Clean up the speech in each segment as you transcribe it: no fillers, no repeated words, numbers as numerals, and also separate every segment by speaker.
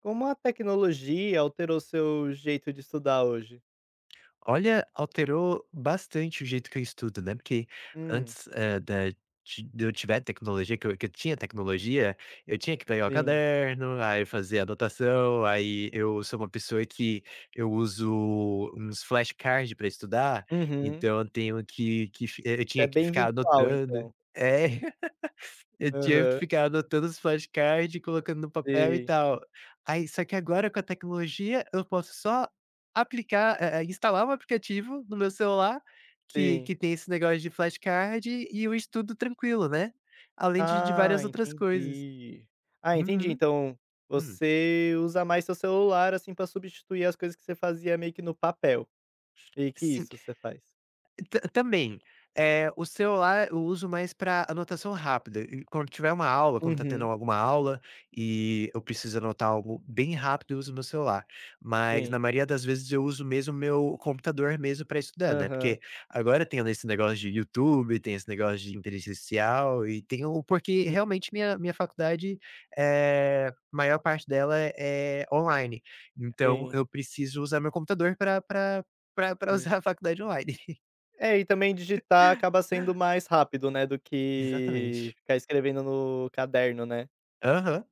Speaker 1: Como a tecnologia alterou seu jeito de estudar hoje?
Speaker 2: Olha, alterou bastante o jeito que eu estudo, né, porque
Speaker 1: Hum.
Speaker 2: antes, da ti de eu tiver tecnologia, que eu tinha tecnologia, eu tinha que pegar o
Speaker 1: Sim.
Speaker 2: caderno, aí fazer anotação, aí eu sou uma pessoa que eu uso uns flashcards para estudar,
Speaker 1: Uhum.
Speaker 2: então eu tenho que eu tinha
Speaker 1: É
Speaker 2: que
Speaker 1: bem
Speaker 2: ficar
Speaker 1: visual,
Speaker 2: anotando.
Speaker 1: então.
Speaker 2: É. Eu tinha
Speaker 1: Aham.
Speaker 2: ficado anotando os flashcards colocando no papel e
Speaker 1: Sim,
Speaker 2: tal. Aí só que agora com a tecnologia, eu posso só aplicar, instalar um aplicativo no meu celular, que
Speaker 1: sim.
Speaker 2: tem esse negócio de flashcard e eu estudo tranquilo, né. Além de
Speaker 1: Ah,
Speaker 2: várias outras coisas.
Speaker 1: entendi. Ah, entendi.
Speaker 2: Uhum.
Speaker 1: Então,
Speaker 2: Hum.
Speaker 1: você usa mais seu celular, assim, pra substituir as coisas que você fazia meio que no papel. Meio que
Speaker 2: Sim.
Speaker 1: isso você faz.
Speaker 2: Ta também, o celular eu uso mais para anotação rápida, e quando tiver uma aula, quando tá tendo
Speaker 1: Uhum,
Speaker 2: alguma aula, e eu preciso anotar algo bem rápido, eu uso meu celular. Mas na
Speaker 1: sim.
Speaker 2: maioria das vezes eu uso mesmo meu computador mesmo para estudar, né,
Speaker 1: Aham.
Speaker 2: porque agora tem esse negócio de YouTube, tem esse negócio de inteligência artificial e tem o porque
Speaker 1: Hum.
Speaker 2: realmente minha faculdade, maior parte dela é online, então
Speaker 1: Sim,
Speaker 2: eu preciso usar meu computador para para pra pra
Speaker 1: sim.
Speaker 2: usar a faculdade online.
Speaker 1: É, e também digitar acaba sendo mais rápido, né, do que
Speaker 2: Exatamente.
Speaker 1: ficar escrevendo no caderno, né?
Speaker 2: Aham.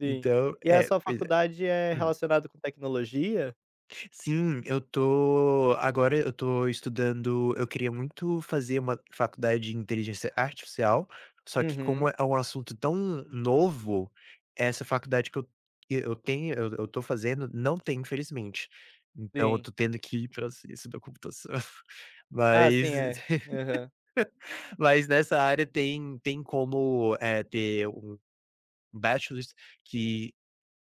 Speaker 1: Sim.
Speaker 2: Então
Speaker 1: E a
Speaker 2: é,
Speaker 1: sua
Speaker 2: pois é.
Speaker 1: faculdade é
Speaker 2: Hum.
Speaker 1: relacionado com tecnologia?
Speaker 2: Sim, eu tô estudando, eu queria muito fazer uma faculdade de inteligência artificial, só que como
Speaker 1: Uhum.
Speaker 2: é um assunto tão novo, essa faculdade que eu tenho eu tô fazendo não tem, infelizmente. Então eu
Speaker 1: Sim.
Speaker 2: tô tendo que ir para ciência da computação.
Speaker 1: Ah,
Speaker 2: Mas
Speaker 1: sim, é. Aham.
Speaker 2: mas nessa área tem como, ter um bachelors que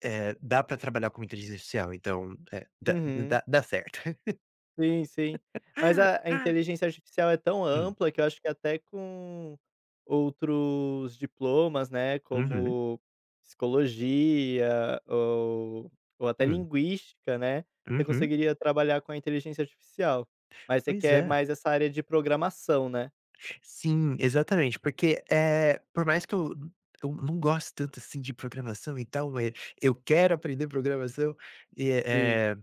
Speaker 2: Dá pra trabalhar com inteligência artificial, então, eh, dá
Speaker 1: Uhum.
Speaker 2: dá dá certo.
Speaker 1: Sim, sim. Mas a a inteligência artificial é tão
Speaker 2: Hum,
Speaker 1: ampla que eu acho que até com outros diplomas, né,
Speaker 2: uhum,
Speaker 1: como psicologia ou até
Speaker 2: hum,
Speaker 1: linguística, né, você
Speaker 2: uhum.
Speaker 1: conseguiria trabalhar com a inteligência artificial. Mas você
Speaker 2: Pois
Speaker 1: quer
Speaker 2: é.
Speaker 1: mais essa área de programação, né?
Speaker 2: Sim, exatamente, porque, por mais que eu não gosto tanto, assim, de programação e tal, eu quero aprender programação e,
Speaker 1: Sim.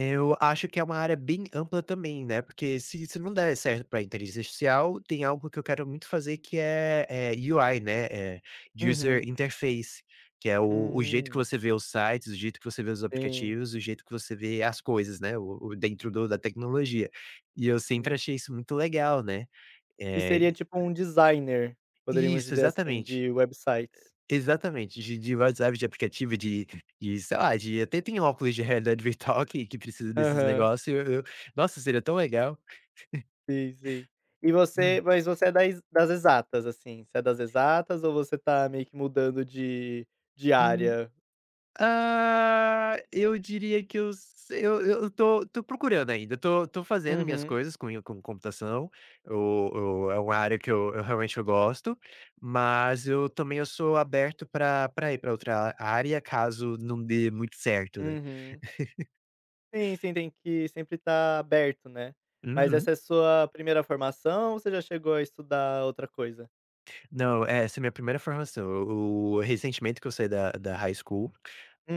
Speaker 2: eu acho que é uma área bem ampla também, né, porque se não der certo pra inteligência artificial, tem algo que eu quero muito fazer que é UI, né, User
Speaker 1: Uhum.
Speaker 2: Interface, que é o jeito que
Speaker 1: Hum.
Speaker 2: você vê os sites, o jeito que você vê os
Speaker 1: Sim.
Speaker 2: aplicativos, o jeito que você vê as coisas, né, o dentro do da tecnologia. E eu sempre
Speaker 1: Hum.
Speaker 2: achei isso muito legal, né.
Speaker 1: E
Speaker 2: Eh,
Speaker 1: seria tipo um designer, poderíamos
Speaker 2: isso,
Speaker 1: dizer assim,
Speaker 2: exatamente.
Speaker 1: de websites.
Speaker 2: Exatamente, de WhatsApp, de aplicativo, de sei lá, de até tem óculos de realidade virtual que precisa desses
Speaker 1: Aham.
Speaker 2: negócios. Eu Nossa, seria tão legal.
Speaker 1: Sim, sim. E
Speaker 2: Hum.
Speaker 1: você mas você é das exatas, assim, você é das exatas ou você tá meio que mudando de
Speaker 2: Hum,
Speaker 1: área?
Speaker 2: ah, eu diria que eu se eu eu tô tô procurando ainda, tô fazendo minhas
Speaker 1: Uhum,
Speaker 2: coisas com computação, eu é uma área que eu realmente eu gosto, mas eu também eu sou aberto para pra ir para outra área, caso não dê muito certo, né.
Speaker 1: uhum. Sim, sim, tem que sempre estar aberto, né. Mas
Speaker 2: Uhum.
Speaker 1: essa é sua primeira formação ou você já chegou a estudar outra coisa?
Speaker 2: Não, é, essa é a minha primeira formação. O Recentemente que eu saí da high school,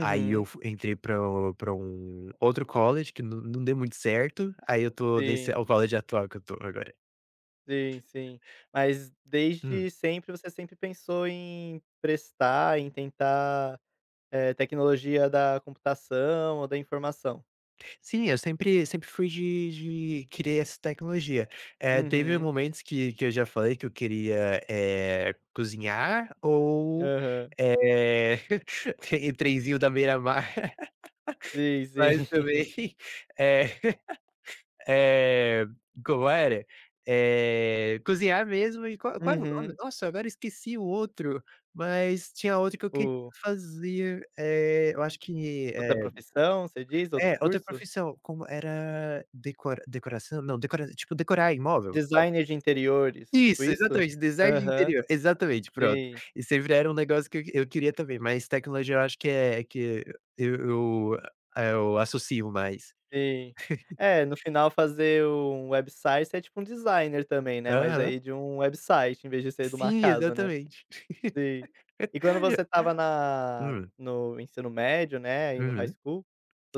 Speaker 2: aí eu fu entrei pra o pra um outro college que não deu muito certo, aí eu tô nesse é
Speaker 1: Sim,
Speaker 2: o college atual que eu tô agora.
Speaker 1: sim, sim. Mas
Speaker 2: Hum.
Speaker 1: desde sempre você sempre pensou em prestar, em tentar. É, tecnologia da computação ou da informação.
Speaker 2: Sim, eu sempre fui de querer essa tecnologia. Teve
Speaker 1: Uhum.
Speaker 2: momentos que eu já falei que eu queria, é cozinhar ou,
Speaker 1: Aham.
Speaker 2: eh, trenzinho da beira-mar,
Speaker 1: Sim, sim.
Speaker 2: mas também, é Eh, como era? Cozinhar mesmo e qual era o nome?
Speaker 1: Uhum.
Speaker 2: Nossa, agora esqueci o outro, mas tinha outro que eu queria
Speaker 1: O
Speaker 2: fazer, eu acho que
Speaker 1: Outra
Speaker 2: é
Speaker 1: profissão, você diz? Outro
Speaker 2: é, outra
Speaker 1: curso?
Speaker 2: profissão, como era decoração? Não, decora tipo, decorar imóvel, tal.
Speaker 1: Designer de interiores, tipo
Speaker 2: Isso,
Speaker 1: isso?
Speaker 2: exatamente, design de
Speaker 1: Aham.
Speaker 2: interior, exatamente, pronto.
Speaker 1: Sim,
Speaker 2: E sempre era um negócio que eu queria também, mas tecnologia eu acho que é que eu eu eu associo mais.
Speaker 1: sim. É, no final fazer um website, você é tipo um designer também, né, mas
Speaker 2: Aham.
Speaker 1: aí de um website, em vez de ser de uma
Speaker 2: Sim,
Speaker 1: casa, né.
Speaker 2: exatamente.
Speaker 1: Sim. E quando você estava na
Speaker 2: Hum.
Speaker 1: no ensino médio, né, e no high
Speaker 2: Uhum.
Speaker 1: school,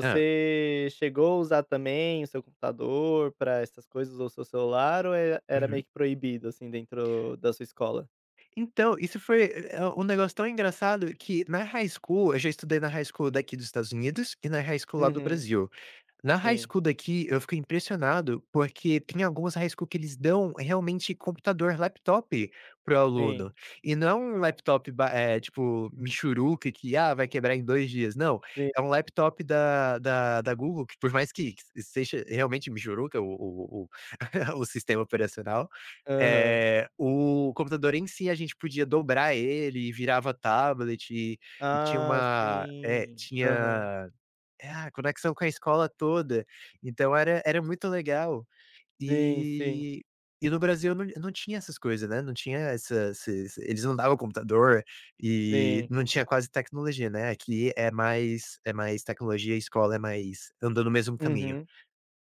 Speaker 2: Hã.
Speaker 1: chegou a usar também o seu computador para essas coisas ou seu celular ou era meio
Speaker 2: Uhum.
Speaker 1: que proibido, assim, dentro da sua escola?
Speaker 2: Então, isso foi, um negócio tão engraçado que na high school eu já estudei na high school daqui dos Estados Unidos e na high school lá do
Speaker 1: Uhum.
Speaker 2: Brasil. Na high
Speaker 1: Sim,
Speaker 2: school daqui, eu fiquei impressionado, porque tem algumas high school que eles dão realmente computador, laptop pro aluno.
Speaker 1: sim,
Speaker 2: E não é um laptop tipo, michuruca que, ah, vai quebrar em 2 dias, não.
Speaker 1: sim.
Speaker 2: É um laptop da Google que por mais que seja realmente michuruca o o sistema operacional.
Speaker 1: Aham.
Speaker 2: O computador em si, a gente podia dobrar ele e virava tablet e tinha
Speaker 1: Ah,
Speaker 2: uma
Speaker 1: sim. Aham.
Speaker 2: conexão com a escola toda, então era era muito legal.
Speaker 1: Sim, sim,
Speaker 2: E no Brasil não tinha essas coisas, né, não tinha essa esses eles não davam computador e
Speaker 1: sim.
Speaker 2: não tinha quase tecnologia, né, aqui é mais tecnologia, escola é mais andando o mesmo caminho.
Speaker 1: Uhum.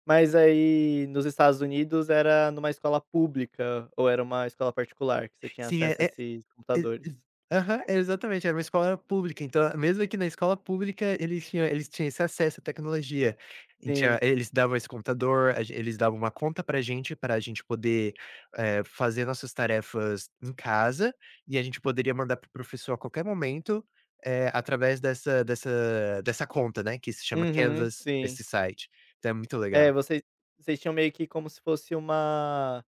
Speaker 1: Mas aí nos Estados Unidos era numa escola pública ou era uma escola particular que você tinha
Speaker 2: Sim, é
Speaker 1: acesso a
Speaker 2: é
Speaker 1: esses
Speaker 2: E
Speaker 1: computadores?
Speaker 2: e aham, Exatamente, era uma escola pública, então mesmo aqui na escola pública eles tinham esse acesso à tecnologia, e tinha
Speaker 1: Sim.
Speaker 2: eles davam uma conta pra gente poder, fazer nossas tarefas em casa, e a gente poderia mandar para o professor a qualquer momento, através dessa conta, né, que se chama
Speaker 1: Uhum,
Speaker 2: Canvas,
Speaker 1: sim.
Speaker 2: esse site. Então é muito
Speaker 1: É,
Speaker 2: legal.
Speaker 1: vocês tinham meio que como se fosse uma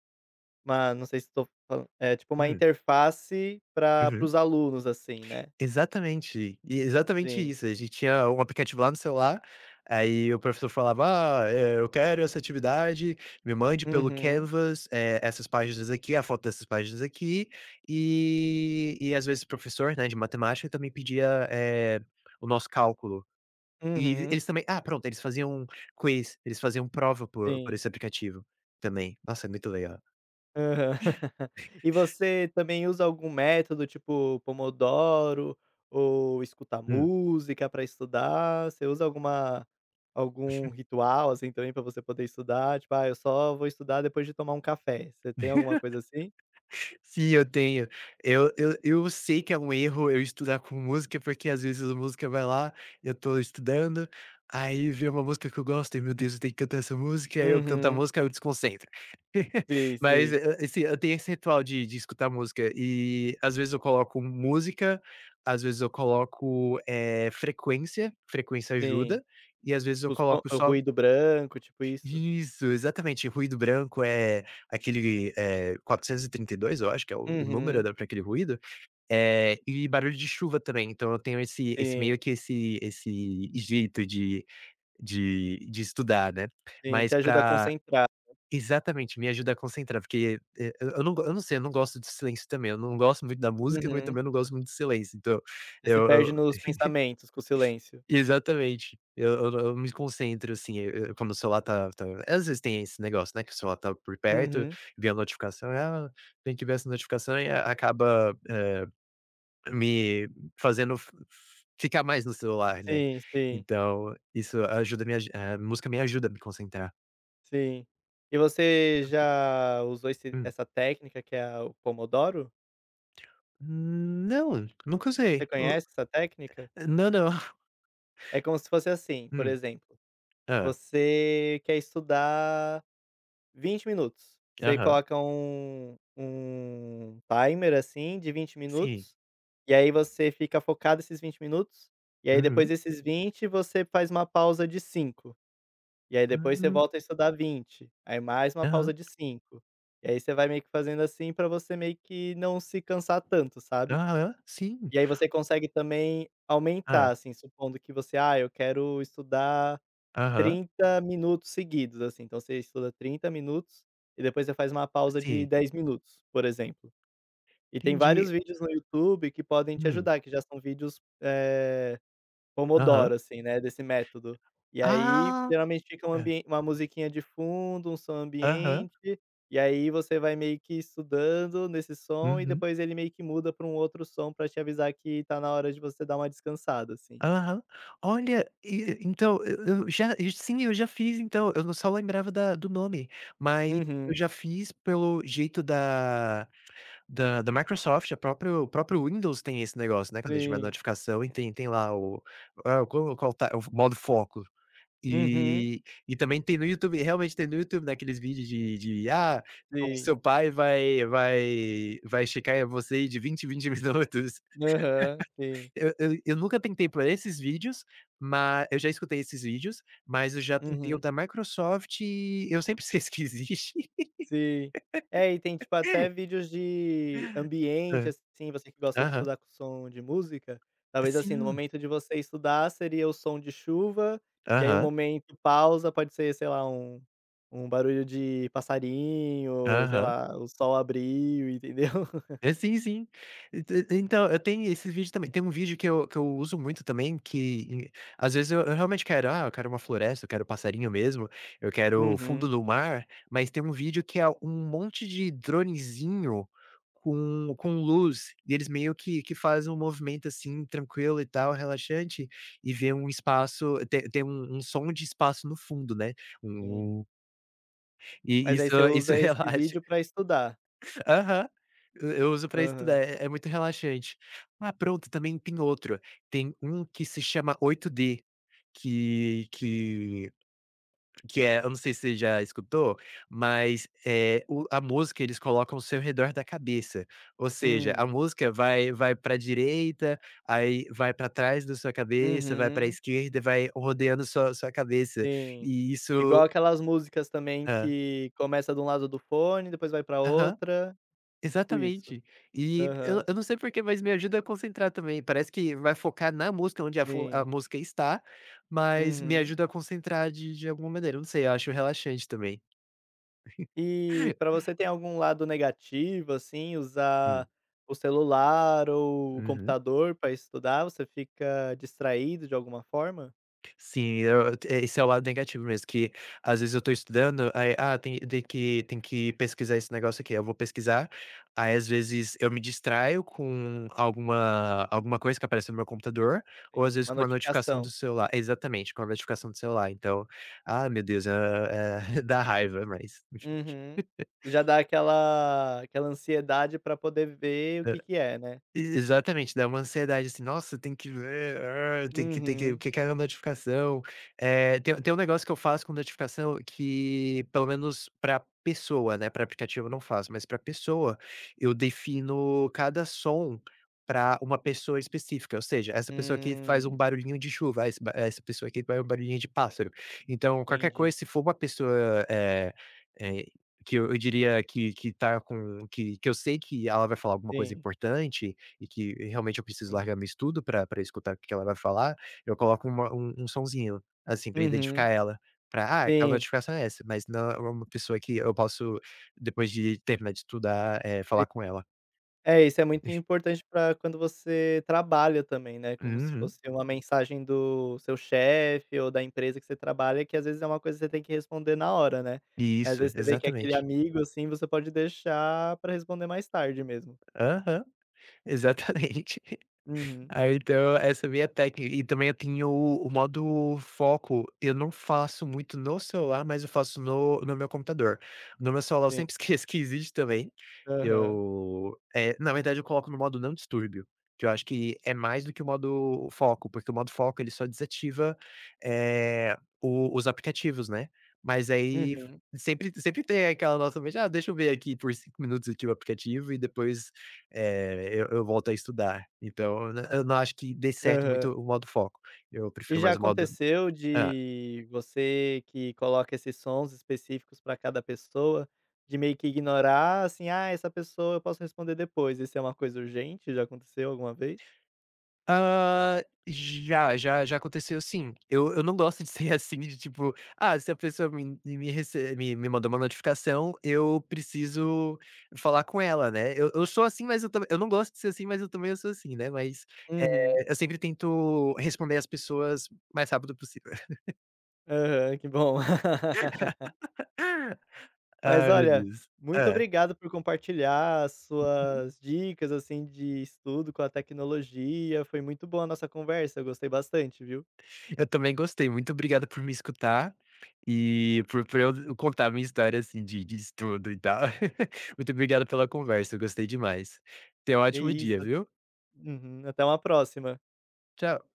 Speaker 1: uma não sei se estou falando é, tipo uma
Speaker 2: Hum,
Speaker 1: interface pra para
Speaker 2: uhum.
Speaker 1: os alunos, assim, né?
Speaker 2: Exatamente, exatamente
Speaker 1: Sim.
Speaker 2: isso. A gente tinha um aplicativo lá no celular, aí o professor falava: "Ah, eh, eu quero essa atividade, me mande pelo
Speaker 1: Uhum,
Speaker 2: Canvas, eh, essas páginas aqui, a foto dessas páginas aqui", e às vezes o professor, né, de matemática também pedia, eh, o nosso cálculo. E
Speaker 1: uhum,
Speaker 2: eles também ah, pronto, eles faziam quiz, eles faziam prova por
Speaker 1: sim.
Speaker 2: esse aplicativo também. Nossa, é muito legal.
Speaker 1: Aham. E você também usa algum método, tipo Pomodoro ou escutar música para estudar? Você usa algum ritual, assim, também para você poder estudar? Tipo: "Ah, eu só vou estudar depois de tomar um café". Você tem alguma
Speaker 2: Hum.
Speaker 1: coisa assim?
Speaker 2: Sim, eu tenho. Eu sei que é um erro eu estudar com música, porque às vezes a música vai lá, eu tô estudando, aí vem uma música que eu gosto e: "Meu Deus, eu tenho que cantar essa música", aí eu canto a
Speaker 1: Uhum.
Speaker 2: música, aí eu desconcentro.
Speaker 1: Sei,
Speaker 2: Mas,
Speaker 1: sei.
Speaker 2: assim, eu tenho esse ritual de escutar música e às vezes eu coloco música, às vezes eu coloco, frequência, frequência
Speaker 1: Sim.
Speaker 2: ajuda, e às vezes eu
Speaker 1: Tipo som,
Speaker 2: coloco
Speaker 1: o
Speaker 2: só
Speaker 1: ruído branco, tipo isso?
Speaker 2: isso, exatamente. Ruído branco é aquele, é, 432, eu acho que é o número,
Speaker 1: Uhum.
Speaker 2: né, para aquele ruído, e barulho de chuva também. Então eu tenho esse esse meio
Speaker 1: Sim,
Speaker 2: que esse esse jeito de estudar, né.
Speaker 1: sim,
Speaker 2: Mas
Speaker 1: te ajuda a
Speaker 2: para
Speaker 1: concentrar.
Speaker 2: Exatamente, me ajuda a concentrar, porque, eu não sei, eu não gosto de silêncio também. Eu não gosto muito da música, mas
Speaker 1: Uhum.
Speaker 2: também eu não gosto muito de silêncio. Então
Speaker 1: Você se perde
Speaker 2: eu
Speaker 1: nos pensamentos com o silêncio.
Speaker 2: Exatamente. Eu me concentro, assim, quando o celular tá às vezes tem esse negócio, né, que o celular tá por perto,
Speaker 1: Uhum.
Speaker 2: vem a notificação, "Ah, tem que ver essa notificação", e a acaba, me fazendo f f ficar mais no celular, né.
Speaker 1: Sim, sim,
Speaker 2: Então, isso ajuda me aju a música me ajuda a me concentrar.
Speaker 1: sim. E você já usou esse
Speaker 2: Hum.
Speaker 1: essa técnica que é a o pomodoro?
Speaker 2: Não, nunca
Speaker 1: Você
Speaker 2: usei. O
Speaker 1: conhece essa técnica?
Speaker 2: não, não.
Speaker 1: É como se fosse assim, por
Speaker 2: Hum.
Speaker 1: exemplo,
Speaker 2: Ah.
Speaker 1: você quer estudar 20 minutos. Você
Speaker 2: Aham.
Speaker 1: coloca um timer, assim, de vinte
Speaker 2: Sim.
Speaker 1: minutos, e aí você fica focado esses 20 minutos, e aí depois
Speaker 2: Uhum.
Speaker 1: desses vinte você faz uma pausa de 5 e aí depois você
Speaker 2: Hum.
Speaker 1: volta a estudar 20 aí mais uma
Speaker 2: Aham.
Speaker 1: pausa de 5 e aí você vai meio que fazendo assim pra você meio que não se cansar tanto, sabe.
Speaker 2: Aham. Sim.
Speaker 1: E aí você consegue também aumentar,
Speaker 2: Ah.
Speaker 1: assim, supondo que você: "Ah, eu quero estudar"
Speaker 2: Aham.
Speaker 1: 30 minutos seguidos, assim, então você estuda 30 minutos e depois você faz uma pausa de
Speaker 2: Sim.
Speaker 1: 10 minutos, por exemplo. E tem vários
Speaker 2: Entendi.
Speaker 1: vídeos no YouTube que podem te
Speaker 2: Hum.
Speaker 1: ajudar, que já são vídeos,
Speaker 2: Aham.
Speaker 1: pomodoro, assim, né, desse método. E aí,
Speaker 2: Ah!
Speaker 1: geralmente fica um
Speaker 2: É.
Speaker 1: ambien uma musiquinha de fundo, um som
Speaker 2: Aham.
Speaker 1: ambiente, e aí você vai meio que estudando nesse som e
Speaker 2: Uhum.
Speaker 1: depois ele meio que muda para um outro som para te avisar que tá na hora de você dar uma descansada, assim.
Speaker 2: Aham. Olha, e então eu já sim, eu já fiz então, eu só lembrava da do nome, mas eu
Speaker 1: Uhum.
Speaker 2: já fiz pelo jeito da Microsoft, a próprio o próprio Windows tem esse negócio, né, quando a gente vai
Speaker 1: Sim.
Speaker 2: notificação e tem lá o ah, qual tá o modo foco.
Speaker 1: Uhum.
Speaker 2: E também tem no YouTube, realmente tem no YouTube, naqueles vídeos de ah, o
Speaker 1: Sim.
Speaker 2: seu pai vai checar você de 20 em 20 minutos.
Speaker 1: Aham, sim.
Speaker 2: Eu nunca tentei pra esses vídeos, mas eu já escutei esses vídeos, mas eu já tentei o
Speaker 1: Uhum,
Speaker 2: da Microsoft e eu sempre esqueço que existe.
Speaker 1: sim. É, e tem, tipo, até vídeos de ambiente,
Speaker 2: Ah.
Speaker 1: assim, você que gosta de
Speaker 2: Aham.
Speaker 1: estudar com som de música, talvez, assim, no
Speaker 2: Sim.
Speaker 1: momento de você estudar seria o som de chuva, e aí o
Speaker 2: Aham,
Speaker 1: momento pausa pode ser, sei lá, um barulho de passarinho, sei
Speaker 2: aham.
Speaker 1: lá, o sol abriu, entendeu?
Speaker 2: É, sim, sim. E então, eu tenho esses vídeos também. Tem um vídeo que eu uso muito também que em às vezes eu realmente quero, ah, eu quero uma floresta, eu quero passarinho mesmo, eu quero fundo
Speaker 1: Uhum,
Speaker 2: do mar, mas tem um vídeo que é um monte de dronezinho com luz, e eles meio que fazem um movimento, assim, tranquilo e tal, relaxante, e vê um espaço, tem tem um som de espaço no fundo, né,
Speaker 1: sim.
Speaker 2: um um
Speaker 1: Mas aí
Speaker 2: isso
Speaker 1: você usa esse
Speaker 2: relaxa.
Speaker 1: vídeo pra estudar.
Speaker 2: Aham. Eu uso pra estudar,
Speaker 1: Aham.
Speaker 2: é é muito relaxante. Ah, pronto, também tem outro. Tem um que se chama 8D que que que é eu não sei se você já escutou, mas, eh, o a música eles colocam ao seu redor da cabeça, ou seja, a
Speaker 1: Hum.
Speaker 2: música vai pra direita, aí vai pra trás da sua cabeça, vai pra
Speaker 1: Uhum.
Speaker 2: esquerda e vai rodeando sua cabeça,
Speaker 1: Sim.
Speaker 2: e
Speaker 1: Igual
Speaker 2: isso
Speaker 1: aquelas músicas também
Speaker 2: hã.
Speaker 1: que começa de um lado do fone, depois vai pra
Speaker 2: Aham.
Speaker 1: outra, tipo isso.
Speaker 2: Exatamente. E eu
Speaker 1: Aham.
Speaker 2: eu não sei porquê, mas me ajuda a concentrar também, parece que vai focar na música, onde a
Speaker 1: Sim.
Speaker 2: música está, mas me
Speaker 1: Uhum.
Speaker 2: ajuda a concentrar de alguma maneira, eu não sei, eu acho relaxante também.
Speaker 1: E pra você tem algum lado negativo, assim,
Speaker 2: Hum,
Speaker 1: usar o celular ou o
Speaker 2: uhum.
Speaker 1: computador pra estudar? Você fica distraído de alguma forma?
Speaker 2: Sim, esse é o lado negativo mesmo, que às vezes eu tô estudando, aí, ah, tem que pesquisar esse negócio aqui, eu vou pesquisar, aí às vezes eu me distraio com alguma coisa que aparece no meu computador, ou às
Speaker 1: Sim,
Speaker 2: vezes
Speaker 1: uma
Speaker 2: com uma notificação do
Speaker 1: notificação.
Speaker 2: celular, exatamente, com a notificação do celular, então, ah, meu Deus, dá raiva, mas
Speaker 1: Uhum. Já dá aquela ansiedade pra poder ver o que que é, né?
Speaker 2: Exatamente, dá uma ansiedade, assim: "Nossa, tem que ver, ah, tem que o
Speaker 1: Uhum.
Speaker 2: que que é a notificação?". Tem um negócio que eu faço com notificação que, pelo menos para pessoa, né, para aplicativo eu não faço, mas para pessoa, eu defino cada som para uma pessoa específica, ou seja, essa pessoa aqui faz um
Speaker 1: Hum,
Speaker 2: barulhinho de chuva, essa pessoa aqui faz um barulhinho de pássaro. Então, qualquer
Speaker 1: entendi.
Speaker 2: coisa, se for uma pessoa, eh, que eu diria que tá com que eu sei que ela vai falar alguma coisa
Speaker 1: Sim,
Speaker 2: importante, e que realmente eu preciso
Speaker 1: sim.
Speaker 2: largar meu estudo para escutar o que que ela vai falar, eu coloco uma um um sonzinho, assim, pra
Speaker 1: Uhum.
Speaker 2: identificar ela, pra: "Ah, a
Speaker 1: Sim,
Speaker 2: notificação é essa", mas não é uma pessoa que eu posso, depois de terminar de estudar, falar
Speaker 1: sim.
Speaker 2: com ela.
Speaker 1: É, isso é muito importante para quando você trabalha também, né, como se
Speaker 2: Uhum.
Speaker 1: fosse uma mensagem do seu chefe ou da empresa que você trabalha, que às vezes é uma coisa que você tem que responder na hora, né. Mas às
Speaker 2: Isso,
Speaker 1: vezes você vê que é aquele
Speaker 2: exatamente.
Speaker 1: amigo, assim, você pode deixar para responder mais tarde mesmo.
Speaker 2: Aham, exatamente.
Speaker 1: Uhum.
Speaker 2: Aí então, essa é a minha técnica. E também eu tenho o modo foco. Eu não faço muito no celular, mas eu faço no meu computador. No meu celular eu
Speaker 1: Sim.
Speaker 2: sempre esqueço que existe também.
Speaker 1: Aham.
Speaker 2: Eu, na verdade eu coloco no modo não distúrbio, que eu acho que é mais do que o modo foco, porque o modo foco ele só desativa, eh, o os aplicativos, né. Mas aí
Speaker 1: Uhum.
Speaker 2: sempre tem aquela nossa mente: "Ah, deixa eu ver aqui por 5 minutos aqui o aplicativo e depois eu volto a estudar", então eu não acho que dê certo muito
Speaker 1: Aham.
Speaker 2: o modo foco, eu
Speaker 1: E
Speaker 2: prefiro
Speaker 1: já
Speaker 2: mais o modo
Speaker 1: aconteceu
Speaker 2: hã.
Speaker 1: de você que coloca esses sons específicos para cada pessoa, de meio que ignorar, assim: "Ah, essa pessoa eu posso responder depois", isso é uma coisa urgente? Já aconteceu alguma vez?
Speaker 2: Hã, já, já já aconteceu, sim. Eu não gosto de ser assim, de tipo, ah, se a pessoa me me rece me me mandou uma notificação, eu preciso falar com ela, né. Eu sou assim, mas eu também eu não gosto de ser assim, mas eu também sou assim, né, mas,
Speaker 1: Uhum.
Speaker 2: eu sempre tento responder as pessoas o mais rápido possível.
Speaker 1: Aham, que bom. Mas
Speaker 2: Ai, meu
Speaker 1: olha,
Speaker 2: Deus.
Speaker 1: muito
Speaker 2: Hã.
Speaker 1: obrigado por compartilhar as suas dicas, assim, de estudo com a tecnologia, foi muito boa a nossa conversa, eu gostei bastante, viu.
Speaker 2: Eu também gostei, muito obrigado por me escutar e por eu contar a minha história, assim, de estudo e tal. Muito obrigado pela conversa, eu gostei demais. Tenha um
Speaker 1: Que
Speaker 2: ótimo
Speaker 1: isso.
Speaker 2: dia, viu.
Speaker 1: Uhum, até uma próxima.
Speaker 2: Tchau.